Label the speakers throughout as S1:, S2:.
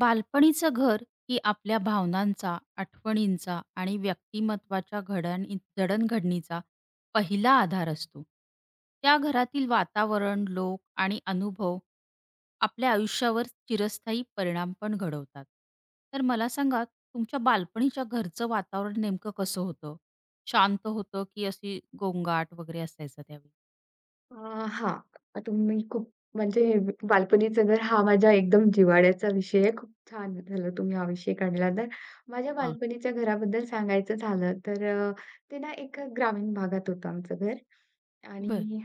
S1: बालपणीचं घर ही आपल्या भावनांचा, आठवणींचा आणि व्यक्तिमत्वाच्या घडानी जडणघडणीचा पहिला आधार असतो. त्या घरातील वातावरण, लोक आणि अनुभव आपल्या आयुष्यावर चिरस्थायी परिणाम पण घडवतात. तर मला सांगा, तुमच्या बालपणीच्या घरचं वातावरण नेमकं कसं होतं? शांत होतं की अशी गोंगाट वगैरे असायचा त्यावेळी?
S2: अ, हां. तुम्ही खूप म्हणजे बालपणीचं घर हा माझ्या एकदम जिव्हाळ्याचा विषय आहे. खूप छान झालं तुम्ही हा विषय काढला तर. माझ्या
S1: हां,
S2: बालपणीच्या घराबद्दल सांगायचं झालं तर ते ना एक ग्रामीण भागात होतं आमचं घर
S1: बरं.
S2: आणि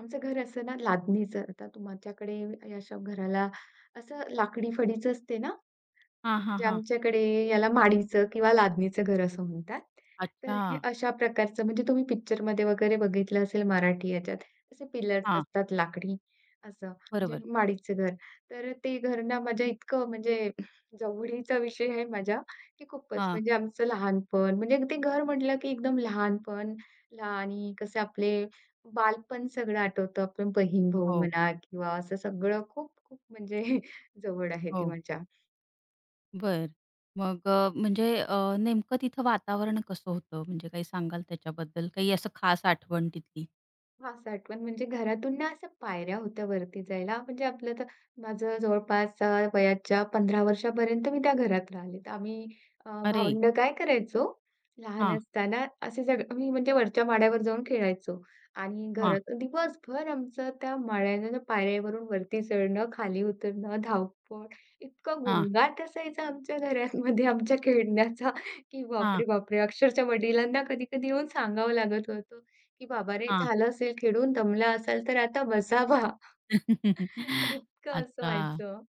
S2: आमचं घर असं ना लादणीचं. आता तुमच्याकडे या अशा घराला असं लाकडी फळीचं असते ना,
S1: हां, हां,
S2: म्हणजे
S1: हां.
S2: आमच्याकडे याला माडीचं किंवा लादणीचं घर असं म्हणतात. तर
S1: अच्छा.
S2: हे अशा प्रकारचं म्हणजे तुम्ही पिक्चरमध्ये वगैरे बघितलं असेल मराठी याच्यात. असे पिलर्स
S1: हां,
S2: असतात लाकडी असं म्हणजे
S1: बरोबर.
S2: माडीचं घर. तर ते घर ना माझ्या इतकं म्हणजे जवळीचा विषय आहे माझ्या, की खूपच
S1: हां.
S2: म्हणजे आमचं लहानपण म्हणजे ते घर म्हटलं की एकदम लहानपण ला कसे आपले बालपण सगळं आठवतं. आपण बहीण-भाऊ
S1: हो,
S2: म्हणा किंवा असं सगळं खूप खूप म्हणजे जवळ आहे ती
S1: हो.
S2: माझ्या.
S1: बरं. मग म्हणजे नेमकं तिथं वातावरण कसं होतं? म्हणजे काही सांगाल त्याच्याबद्दल? काही असं खास आठवण तिथली?
S2: हां, साठवण म्हणजे घरातून ना असं पायऱ्या होत्या वरती जायला. म्हणजे आपलं तर माझं जवळपास वयाच्या 15 वर्षापर्यंत मी त्या घरात राहिले. तर आम्ही
S1: अरे!
S2: भावंडं काय करायचो, लहान
S1: हां,
S2: असताना असे सगळे आम्ही म्हणजे वरच्या माळ्यावर जाऊन खेळायचो आणि
S1: हां,
S2: घरात दिवसभर आमचं त्या माळ्यानं पायऱ्यावरून वरती चढणं, खाली उतरणं, धावपळ, इतका
S1: हां,
S2: गोंगाट असायचा आमच्या घरामध्ये आमच्या खेळण्याचा, की
S1: हां,
S2: बापरे, बापरे! अक्षरशः वडिलांना कधी-कधी येऊन सांगावं लागत होतं, की बाबा रे!
S1: हां.
S2: झालं असेल खेळून, दमला असाल तर आता बसा बा. इतकं असं
S1: अच्छा.
S2: व्हायचं.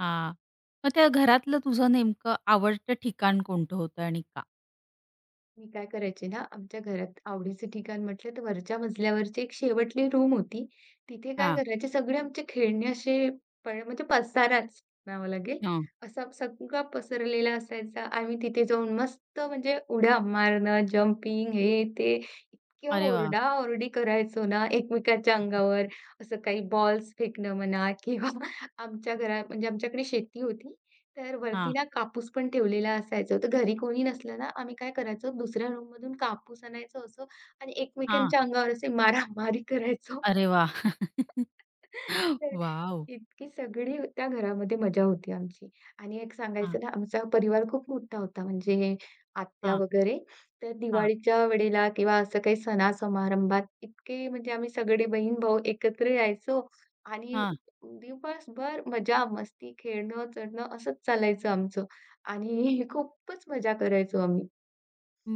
S1: हां. मग त्या घरातलं तुझं नेमकं आवडतं ठिकाण कोणतं होतं आणि का?
S2: मी काय करायचे ना, आमच्या घरात आवडीचं ठिकाण म्हटलं तर वरच्या मजल्यावरची एक शेवटली रूम होती. तिथे काय
S1: हां,
S2: करायचे सगळे आमचे खेळणे असे प म्हणजे पसाराच म्हणावं लागेल.
S1: हां.
S2: असा सगळा पसरलेला असायचा. आम्ही तिथे जाऊन मस्त म्हणजे उड्या मारणं, जंपिंग हे ते इतक्या
S1: अरे वाह!
S2: ओरडा-ओरडी करायचो ना एकमेकांच्या अंगावर. असं काही बॉल्स फेकणं म्हणा किंवा आमच्या घरात म्हणजे आमच्याकडे शेती होती. तर वरती
S1: हां,
S2: ना कापूस पण ठेवलेला असायचा. तर घरी कोणी नसलं ना, आम्ही काय करायचो दुसऱ्या रूममधून कापूस आणायचो असं आणि
S1: हां.
S2: एकमेकांच्या अंगावर असे मारामारी करायचो.
S1: अरे वाह!
S2: तर
S1: वॉव!
S2: इतकी सगळी त्या घरामध्ये मजा होती आमची. आणि एक
S1: हां,
S2: सांगायचं ना, आमचा परिवार खूप मोठा होता म्हणजे आत्या
S1: हां,
S2: वगैरे. तर
S1: हां,
S2: दिवाळीच्या वेळेला किंवा असं काही सणा-समारंभात इतके म्हणजे आम्ही सगळे बहीण-भाऊ एकत्र यायचो आणि दिवसभर मजा, मस्ती, खेळणं, चढणं असंच चालायचं आमचं आणि खूपच मजा करायचो आम्ही.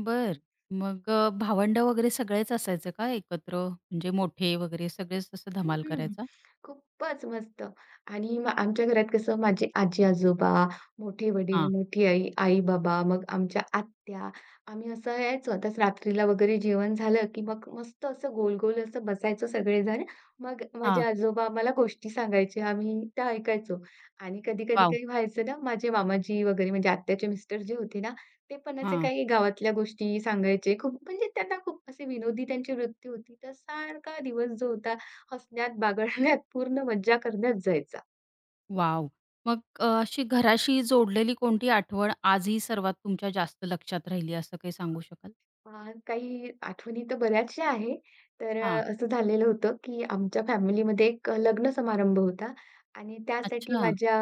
S1: बर, मग भावंड वगैरे सगळेच असायचे का एकत्र? म्हणजे मोठे वगैरे सगळेच तसं
S2: हं,
S1: धमाल
S2: हं.
S1: करायचा?
S2: खूपच मस्त आणि मग आमच्या घरात कसं माझे आजी-आजोबा, मोठे वडील,
S1: हां,
S2: मोठी आई, आई-बाबा, मग आमच्या आत्या, आम्ही असं यायचो. आताच रात्रीला वगैरे जेवण झालं, की मग मस्त असं गोल-गोल असं बसायचो सगळेजण. मग माझे
S1: हां.
S2: आजोबा आम्हाला गोष्टी सांगायचे, आम्ही त्या ऐकायचो. आणि कधी-कधी
S1: वॉव!
S2: काही व्हायचं ना, माझे मामाजी वगैरे म्हणजे आत्याचे मिस्टर जे होते ना, ते पण असे
S1: हां,
S2: काही गावातल्या गोष्टी सांगायचे. खूप म्हणजे त्यांना खूप असे विनोदी त्यांची वृत्ती होती. तर सारखा दिवस जो होता हसण्यात, बागडण्यात, पूर्ण मज्जा करण्यात जायचा.
S1: वॉव! मग अशी घराशी जोडलेली कोणती आठवण आजही सर्वात तुमच्या जास्त लक्षात राहिली असं काही सांगू शकाल?
S2: अ, काही आठवणी तर बऱ्याचशा आहे. तर
S1: हां.
S2: असं झालेलं होतं, की आमच्या फॅमिलीमध्ये एक लग्न समारंभ होता आणि त्यासाठी
S1: अच्छा.
S2: माझ्या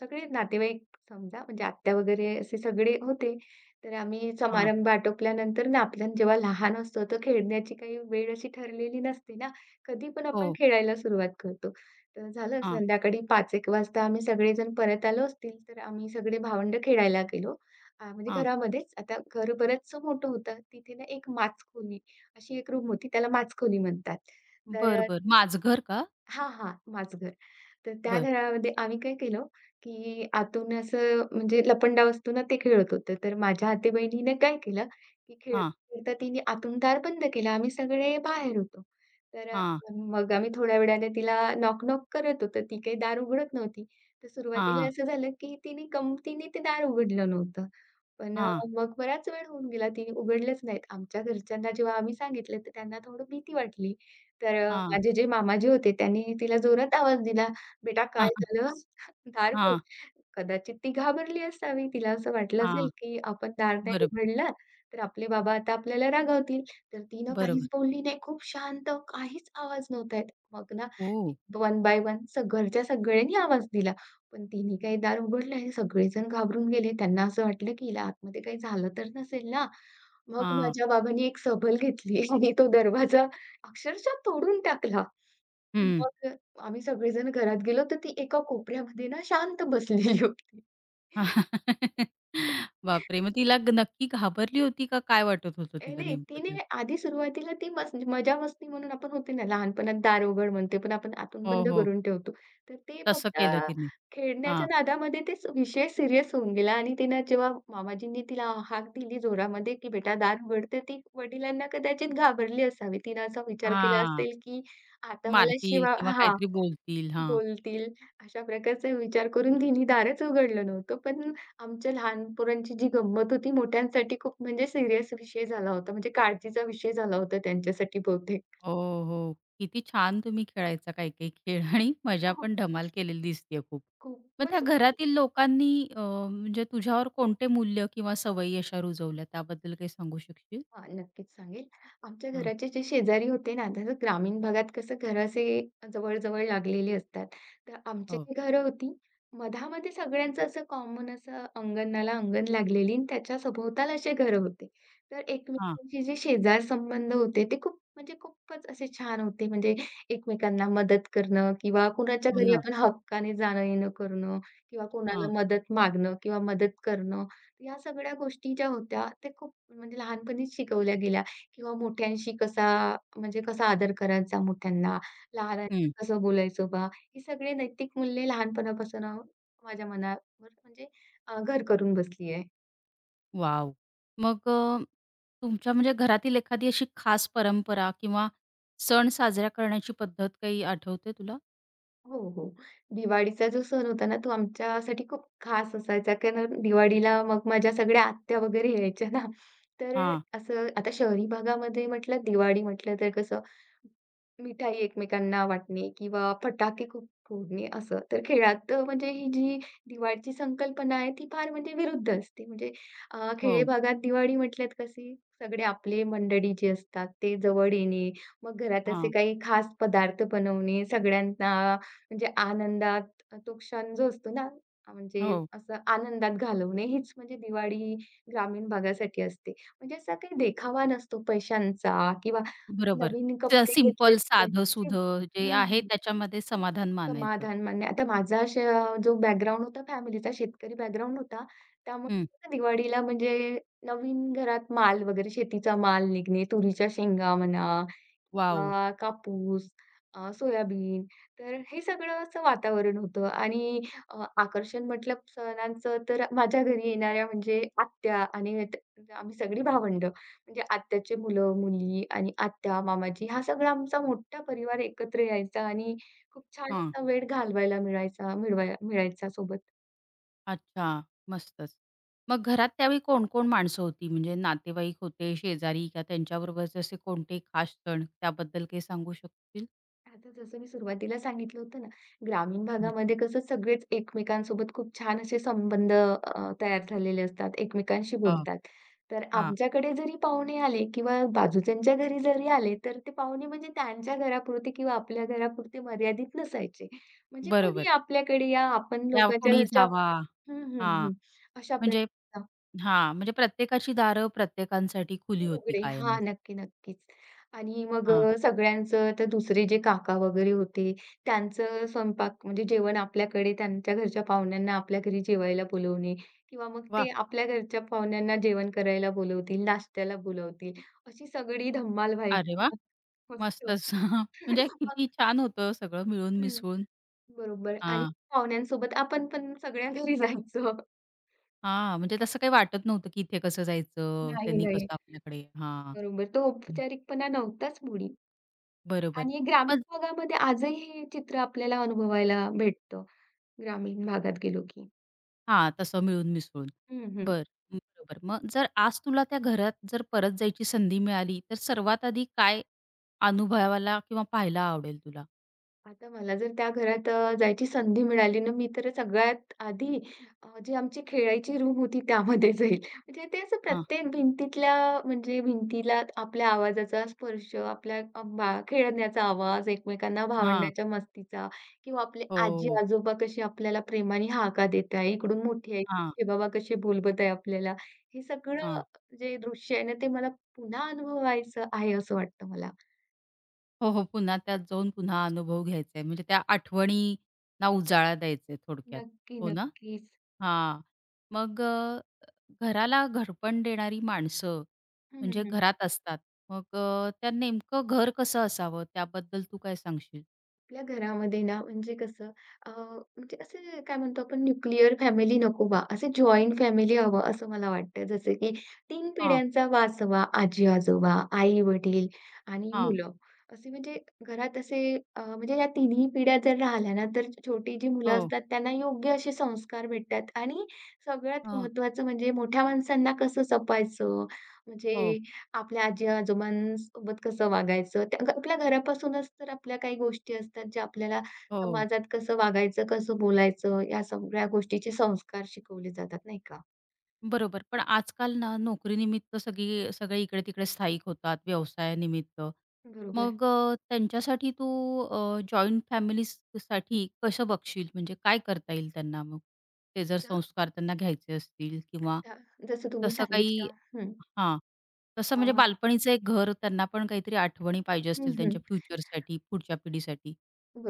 S2: सगळे नातेवाईक समजा म्हणजे आत्या वगैरे असे सगळे होते. तर आम्ही
S1: हां.
S2: समारंभ आटोपल्यानंतर ना, आपल्याला जेव्हा लहान असतो तर खेळण्याची काही वेळ अशी ठरलेली नसते ना, कधी पण आपण
S1: हो.
S2: खेळायला सुरुवात करतो. तर झालं
S1: हां,
S2: संध्याकाळी 5:00 एक वाजता आम्ही सगळेजण परत आलो असतील, तर आम्ही सगळे भावंडं खेळायला गेलो. म्हणजे
S1: हां.
S2: घरामध्येच. आता घर बरचसं मोठं होतं. तिथे ना एक माचखोली अशी एक रूम होती. त्याला माचखोली म्हणतात. तर
S1: बरं,
S2: अ,
S1: बरं. माझघर का?
S2: हां, हां. माझं घर. तर त्या
S1: बरं.
S2: घरामध्ये आम्ही काय केलं, की आतून असं म्हणजे लपंडाव असतो ना, ते खेळत होतो. तर माझ्या आते-बहिणीने काय केलं, की
S1: हां,
S2: खेळता-खेळता तिने आतून दार बंद केलं. आम्ही सगळे बाहेर होतो. तर अ,
S1: हां,
S2: मग आम्ही थोड्या वेळाने तिला नॉक-नॉक करत होतो. ती काही दार उघडत नव्हती. तर
S1: हां,
S2: सुरुवातीला असं झालं, की तिने गमतीने ते दार उघडलं नव्हतं. पण अ,
S1: हां,
S2: मग बराच वेळ होऊन गेला. तिने उघडलंच नाहीत. आमच्या घरच्यांना जेव्हा आम्ही सांगितलं, तर त्यांना थोडं भीती वाटली.
S1: हां,
S2: माझे जे मामाजी होते त्यांनी तिला जोरात आवाज दिला, "बेटा
S1: हां,
S2: काय झालं? दार खोल."
S1: हां,
S2: कदाचित ती घाबरली असावी. तिला असं वाटलं असेल,
S1: हां.
S2: की आपण दार नाही
S1: बरोबर,
S2: उघडला, तर आपले बाबा आता आपल्याला रागावतील. तर तिनं
S1: बरोबर.
S2: काहीच बोलली नाही. खूप शांत, काहीच आवाज नव्हता येत. मग ना
S1: हो.
S2: वन बाय वन घरच्या सगळ्यांनी आवाज दिला. पण तिने काही दार उघडलं नाही. सगळेजण घाबरून गेले. त्यांना असं वाटलं, की हिला आतमध्ये काही झालं तर नसेल ना? मग
S1: हां.
S2: माझ्या बाबांनी एक सबल घेतली आणि तो दरवाजा अक्षरशः तोडून टाकला. हं.
S1: हं.
S2: मग अ, आम्ही सगळेजण घरात गेलो, तर ती एका कोपऱ्यामध्ये ना शांत बसलेली होती.
S1: बापरे! मग तिला ग नक्की घाबरली होती का काय वाटत होतं
S2: ए,
S1: तिला
S2: नाही
S1: नेमकं
S2: तिने
S1: ते?
S2: आधी सुरुवातीला ती मजा-मस्ती म्हणून आपण होते ना लहानपणात दार उघड म्हणते, पण आपण आतून
S1: हो,
S2: बंद
S1: हो.
S2: करून ठेवतो. तर ते
S1: तसं
S2: फक्त
S1: केलं तिने. हां.
S2: खेळण्याच्या नादामध्ये तेच विषय सीरियस होऊन गेला आणि तिनं जेव्हा मामाजींनी तिला हाक दिली जोरामध्ये, की "बेटा दार उघड." तर ती वडिलांना कदाचित घाबरली असावी. तिनं असा विचार केला
S1: हां.
S2: असेल, की आता मला
S1: मारतील
S2: शिवा
S1: किंवा
S2: हां.
S1: काहीतरी बोलतील. हां.
S2: बोलतील, अशा प्रकारचा विचार करून तिने दारच उघडलं नव्हतं. पण आमच्या लहान पोरांची जी गंमत होती, मोठ्यांसाठी खूप म्हणजे सीरियस विषय झाला होता. म्हणजे काळजीचा विषय झाला होता त्यांच्यासाठी बहुतेक.
S1: हो, हो. किती छान तुम्ही खेळायचा काही-काही खेळ आणि मजा
S2: हो,
S1: पण धमाल केलेली दिसतीये खूप. मग त्या
S2: खूपच
S1: घरातील लोकांनी अ, म्हणजे तुझ्यावर कोणते मूल्य किंवा सवयी अशा रुजवल्या त्याबद्दल काही सांगू शकशील?
S2: हां, नक्कीच सांगेल. आमच्या
S1: हां.
S2: घराचे जे शेजारी होते ना, तर ग्रामीण भागात कसं घरं असे जवळ-जवळ लागलेली असतात. तर आमची
S1: हो.
S2: जी घरं होती, मधामध्ये सगळ्यांचं असं कॉमन असं अंगणाला अंगण लागलेली आणि त्याच्या सभोवताल असे घरं होते. तर
S1: हां.
S2: एकमेकांचे जे शेजार संबंध होते, ते खूप म्हणजे खूपच असे छान होते. म्हणजे एकमेकांना मदत करणं किंवा कुणाच्या
S1: हो
S2: घरी
S1: ना.
S2: आपण हक्काने जाणं-येणं करणं किंवा
S1: हां.
S2: कोणाला मदत मागणं किंवा मदत करणं या सगळ्या गोष्टी ज्या होत्या, त्या खूप म्हणजे लहानपणीच शिकवल्या गेल्या किंवा मोठ्यांशी कसा म्हणजे कसा आदर करायचा मोठ्यांना, लहानांशी कसं बोलायचं बा, ही सगळी नैतिक मूल्ये लहानपणापासून माझ्या मनावर घर करून बसली आहे.
S1: वाव। मग तुमच्या म्हणजे घरातील एखादी अशी खास परंपरा किंवा सण साजरा करण्याची पद्धत काही आठवते तुला?
S2: हो, हो. दिवाळीचा जो सण होता ना, तो आमच्यासाठी खूप खास असायचा, कारण दिवाळीला मग माझ्या सगळ्या आत्या वगैरे यायच्या ना, तर
S1: हां.
S2: असं आता शहरी भागामध्ये म्हटलं दिवाळी म्हटलं तर कसं मिठाई एकमेकांना वाटणे किंवा फटाके खूप फोडणे असं. म्हणजे ही जी दिवाळीची संकल्पना आहे ती फार म्हणजे विरुद्ध असते. खेडे
S1: हो.
S2: भागात दिवाळी म्हटल्यात कशी सगळे आपले मंडळी जे असतात ते जवळ येणे, मग घरात असे
S1: हां.
S2: काही खास पदार्थ बनवणे, सगळ्यांना म्हणजे आनंदात तो क्षण जो असतो ना, म्हणजे
S1: हो.
S2: असं आनंदात घालवणे हीच म्हणजे दिवाळी ग्रामीण भागासाठी असते. म्हणजे असा काही देखावा नसतो पैशांचा किंवा
S1: बरोबर.
S2: नवीन
S1: स
S2: कपडे
S1: सिंपल,
S2: घेतलेच
S1: साधं
S2: पाहिजे.
S1: सुध,
S2: हं,
S1: जे आहे
S2: हं.
S1: त्याच्यामध्ये समाधान मानायचं.
S2: समाधान मान्य. आता माझा अशा जो बॅकग्राऊंड होता फॅमिलीचा शेतकरी बॅकग्राऊंड होता. त्यामुळे
S1: हं.
S2: कसं दिवाळीला म्हणजे नवीन घरात माल वगैरे शेतीचा माल निघणे, तुरीच्या शेंगा म्हणा
S1: वॉव!
S2: कापूस, सोयाबीन तर हे सगळं असं वातावरण होतं आणि आकर्षण म्हटलं सणांचं तर माझ्या घरी येणाऱ्या म्हणजे आत्या आणि त आम्ही सगळी भावंडं. म्हणजे आत्याचे मुलं-मुली आणि आत्या, मामाजी हा सगळा आमचा मोठा परिवार एकत्र यायचा आणि खूप छान
S1: हां.
S2: असा वेळ घालवायला मिळायचा सोबत.
S1: अच्छा. मस्तच. मग घरात त्यावेळी कोण-कोण माणसं होती? म्हणजे नातेवाईक होते, शेजारी का त्यांच्याबरोबरचे असे कोणते खास सण त्याबद्दल काही सांगू शकशील?
S2: आता जसं मी सुरुवातीला सांगितलं होतं ना, ग्रामीण
S1: हं.
S2: भागामध्ये कसं सगळेच एकमेकांसोबत खूप छान असे संबंध तयार झालेले असतात, एकमेकांशी
S1: हां.
S2: बोलतात. तर
S1: हां.
S2: आमच्याकडे जरी पाहुणे आले किंवा बाजूच्यांच्या घरी जरी आले, तर ते पाहुणे म्हणजे त्यांच्या घरापुरते किंवा आपल्या घरापुरते मर्यादित नसायचे. म्हणजे
S1: बरोबर.
S2: कोणी आपल्याकडे या, आपण
S1: त्या
S2: लोकांच्या
S1: कुणी
S2: घरच्या
S1: जावा.
S2: हं, हं,
S1: हां,
S2: हं. अशा प्रकारे
S1: म्हणजे म्हणजे प्रत्येकाची दारं प्रत्येकांसाठी खुली
S2: ते
S1: होती
S2: उघडे. हां,
S1: कायमच.
S2: नक्की, नक्कीच.
S1: हां,
S2: सगळ्यांचं तर दुसरे जे काका वगैरे होते, त्यांचं स्वयंपाक म्हणजे जेवण आपल्याकडे त्यांच्या घरच्या पाहुण्यांना आपल्या घरी जेवायला बोलवणे किंवा मग
S1: वाह!
S2: ते आपल्या घरच्या पाहुण्यांना जेवण करायला बोलवतील, नाश्त्याला बोलवतील, अशी सगळी धमाल
S1: अरे
S2: व्हायची
S1: वाह!
S2: ना. मस्त.
S1: मस्तच. म्हणजे
S2: मग
S1: किती छान होतं सगळं मिळून मिसळून.
S2: बरोबर आणि
S1: हां,
S2: पाहुण्यांसोबत आपण पण सगळ्या घरी जायचो.
S1: हां, म्हणजे तसं काही वाटत नव्हतं, की इथे कसं जायचं,
S2: नाही,
S1: त्यांनी
S2: नाही.
S1: कसं आपल्याकडे हां,
S2: बरोबर. तो औपचारिकपणा नव्हताच मुळी.
S1: बरोबर.
S2: आणि ग्रामीण
S1: मग
S2: भागामध्ये आजही हे चित्र आपल्याला अनुभवायला भेटतं, ग्रामीण भागात गेलो की.
S1: हां, तसं मिळून मिसळून.
S2: हं, हं.
S1: बरं, बरोबर. मग जर आज तुला त्या घरात जर परत जायची संधी मिळाली, तर सर्वात आधी काय अनुभवायला किंवा पाहायला आवडेल तुला?
S2: आता मला जर त्या घरात जायची संधी मिळाली ना, मी तर सगळ्यात आधी जी आमची खेळायची रूम होती त्यामध्ये जाईल. म्हणजे ते असं
S1: हां,
S2: प्रत्येक भिंतीतल्या म्हणजे भिंतीला आपल्या आवाजाचा स्पर्श, आपल्या अ, बा खेळण्याचा आवाज, एकमेकांना
S1: हां.
S2: भावंडाच्या मस्तीचा किंवा आपले
S1: हो.
S2: आजी-आजोबा कसे आपल्याला प्रेमाने हाका देत आहे, इकडून मोठी आई,
S1: हां,
S2: मोठे बाबा कसे बोलवत आहे आपल्याला. हे सगळं
S1: हां.
S2: जे दृश्य आहे ना, ते मला पुन्हा अनुभवायचं आहे असं वाटतं मला.
S1: हो, हो. पुन्हा त्यात जाऊन पुन्हा अनुभव घ्यायचा आहे. म्हणजे त्या आठवणींना उजाळा द्यायचा आहे थोडक्यात.
S2: नक्की,
S1: हो ना?
S2: नक्कीच.
S1: हां. मग घराला घडपण देणारी माणसं म्हणजे
S2: हं,
S1: घरात असतात. मग त्या नेमकं घर कसं असावं त्याबद्दल तू काय सांगशील?
S2: आपल्या घरामध्ये ना म्हणजे कसं अ, म्हणजे असे काय म्हणतो आपण न्यूक्लिअर फॅमिली नको बा, असे जॉइंट फॅमिली हवं असं मला वाटतं. जसं की तीन
S1: हां,
S2: पिढ्यांचा वारसा, आजी-आजोबा, आई-वडील आणि
S1: हां.
S2: मुलं. असे म्हणजे घरात असे अ, म्हणजे या तिन्ही पिढ्या जर राहिल्या ना, तर छोटी जी मुलं
S1: हो.
S2: असतात त्यांना योग्य असे संस्कार भेटतात आणि सगळ्यात
S1: हां.
S2: महत्त्वाचं म्हणजे मोठ्या माणसांना कसं जपायचं, म्हणजे
S1: हो,
S2: आपल्या आजी-आजोबांसोबत कसं वागायचं, त्या घ आपल्या घरापासूनच तर आपल्या काही गोष्टी असतात, ज्या आपल्याला
S1: हो.
S2: समाजात कसं वागायचं, कसं बोलायचं, या सगळ्या गोष्टीचे संस्कार शिकवले जातात, नाही का?
S1: बरोबर. पण आजकाल ना नोकरीनिमित्त सगळे इकडे-तिकडे स्थायिक होतात, व्यवसायानिमित्त.
S2: बरोबर.
S1: मग त्यांच्यासाठी तू जॉइंट फॅमिलीजसाठी कसं बघशील? म्हणजे काय करता येईल त्यांना मग? ते जर
S2: तर
S1: संस्कार त्यांना घ्यायचे असतील किंवा
S2: त्या जसं तुम्ही
S1: तसं काही
S2: सांगितलं हं.
S1: हां. तसं म्हणजे
S2: अ
S1: बालपणीचं एक घर त्यांना पण काहीतरी आठवणी पाहिजे
S2: हं,
S1: असतील
S2: हं.
S1: त्यांच्या फ्युचरसाठी, पुढच्या पिढीसाठी.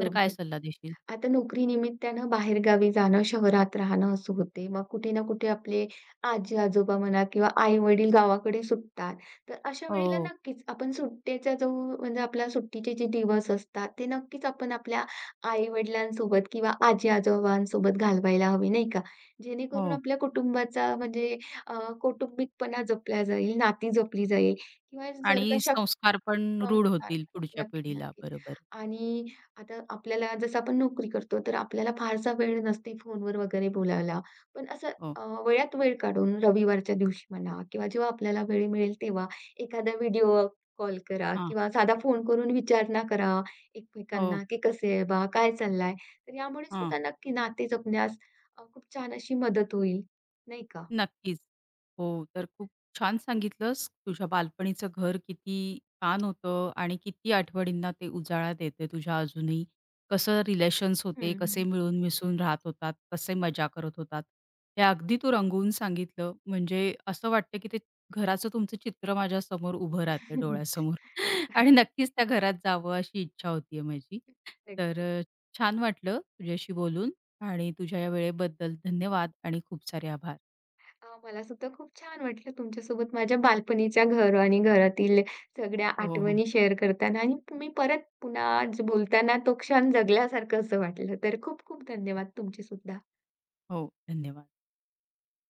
S1: तर काय सल्ला देशील?
S2: आता नोकरीनिमित्तानं बाहेरगावी जाणं, शहरात राहणं असं होते. मग कुठे ना कुठे आपले आजी-आजोबा म्हणा किंवा आई-वडील गावाकडे सुटतात. तर अशा वेळेला
S1: हो,
S2: नक्कीच आपण सुट्टीचा जो म्हणजे आपल्या सुट्टीचे जे दिवस असतात, ते नक्कीच आपण आपल्या आई-वडिलांसोबत किंवा आजी-आजोबांसोबत घालवायला हवे, नाही का? जेणेकरून
S1: हो.
S2: आपल्या अ, कौटुंबिकपणा जपला जाईल, नाती जपली जाईल किंवा जर का
S1: आणि
S2: शक्य
S1: संस्कार पण रूढ
S2: संस्कार.
S1: होतील पुढच्या
S2: नक्की,
S1: पिढीला.
S2: नक्की.
S1: बरोबर.
S2: आणि आता आपल्याला जसं आपण नोकरी करतो, तर आपल्याला फारसा वेळ नसते फोनवर वगैरे बोलायला. पण असं
S1: हो.
S2: अ, वेळात वेळ काढून रविवारच्या दिवशी म्हणा किंवा जेव्हा आपल्याला वेळ मिळेल तेव्हा एखादा व्हिडिओ कॉल करा
S1: हां.
S2: किंवा साधा फोन करून विचारणा करा
S1: हो.
S2: एकमेकांना, की "कसे आहे बा? काय चाललंय?" तर यामुळे
S1: हां.
S2: सुद्धा नक्की नाते जपण्यास खूप छान अशी मदत होईल, नाही का?
S1: नक्कीच. हो, तर खूप छान सांगितलंस. तुझ्या बालपणीचं घर किती छान होतं आणि किती आठवणींना ते उजाळा देते तुझ्या अजूनही. कसं रिलेशन्स
S2: हं,
S1: होते, कसे
S2: हं.
S1: मिळून मिसळून राहत होतात, कसे मजा करत होतात. हे अगदी तू रंगवून सांगितलं. म्हणजे असं वाटतं, की ते घराचं तुमचं चित्र माझ्यासमोर उभं राहतंय डोळ्यासमोर आणि नक्कीच त्या घरात जावं अशी इच्छा होतीये माझी. तर
S2: नक्की.
S1: छान वाटलं तुझ्याशी बोलून आणि तुझ्या या वेळेबद्दल धन्यवाद आणि खूप सारे आभार.
S2: मला सुद्धा खूप छान वाटलं तुमच्यासोबत माझ्या बालपणीच्या घर आणि घरातील सगळ्या
S1: हो, हो.
S2: आठवणी शेअर करताना आणि तुम्ही परत पुन्हा बोलताना तो क्षण जगल्यासारखं असं वाटलं. तर खूप खूप धन्यवाद तुमचे सुद्धा.
S1: हो, धन्यवाद.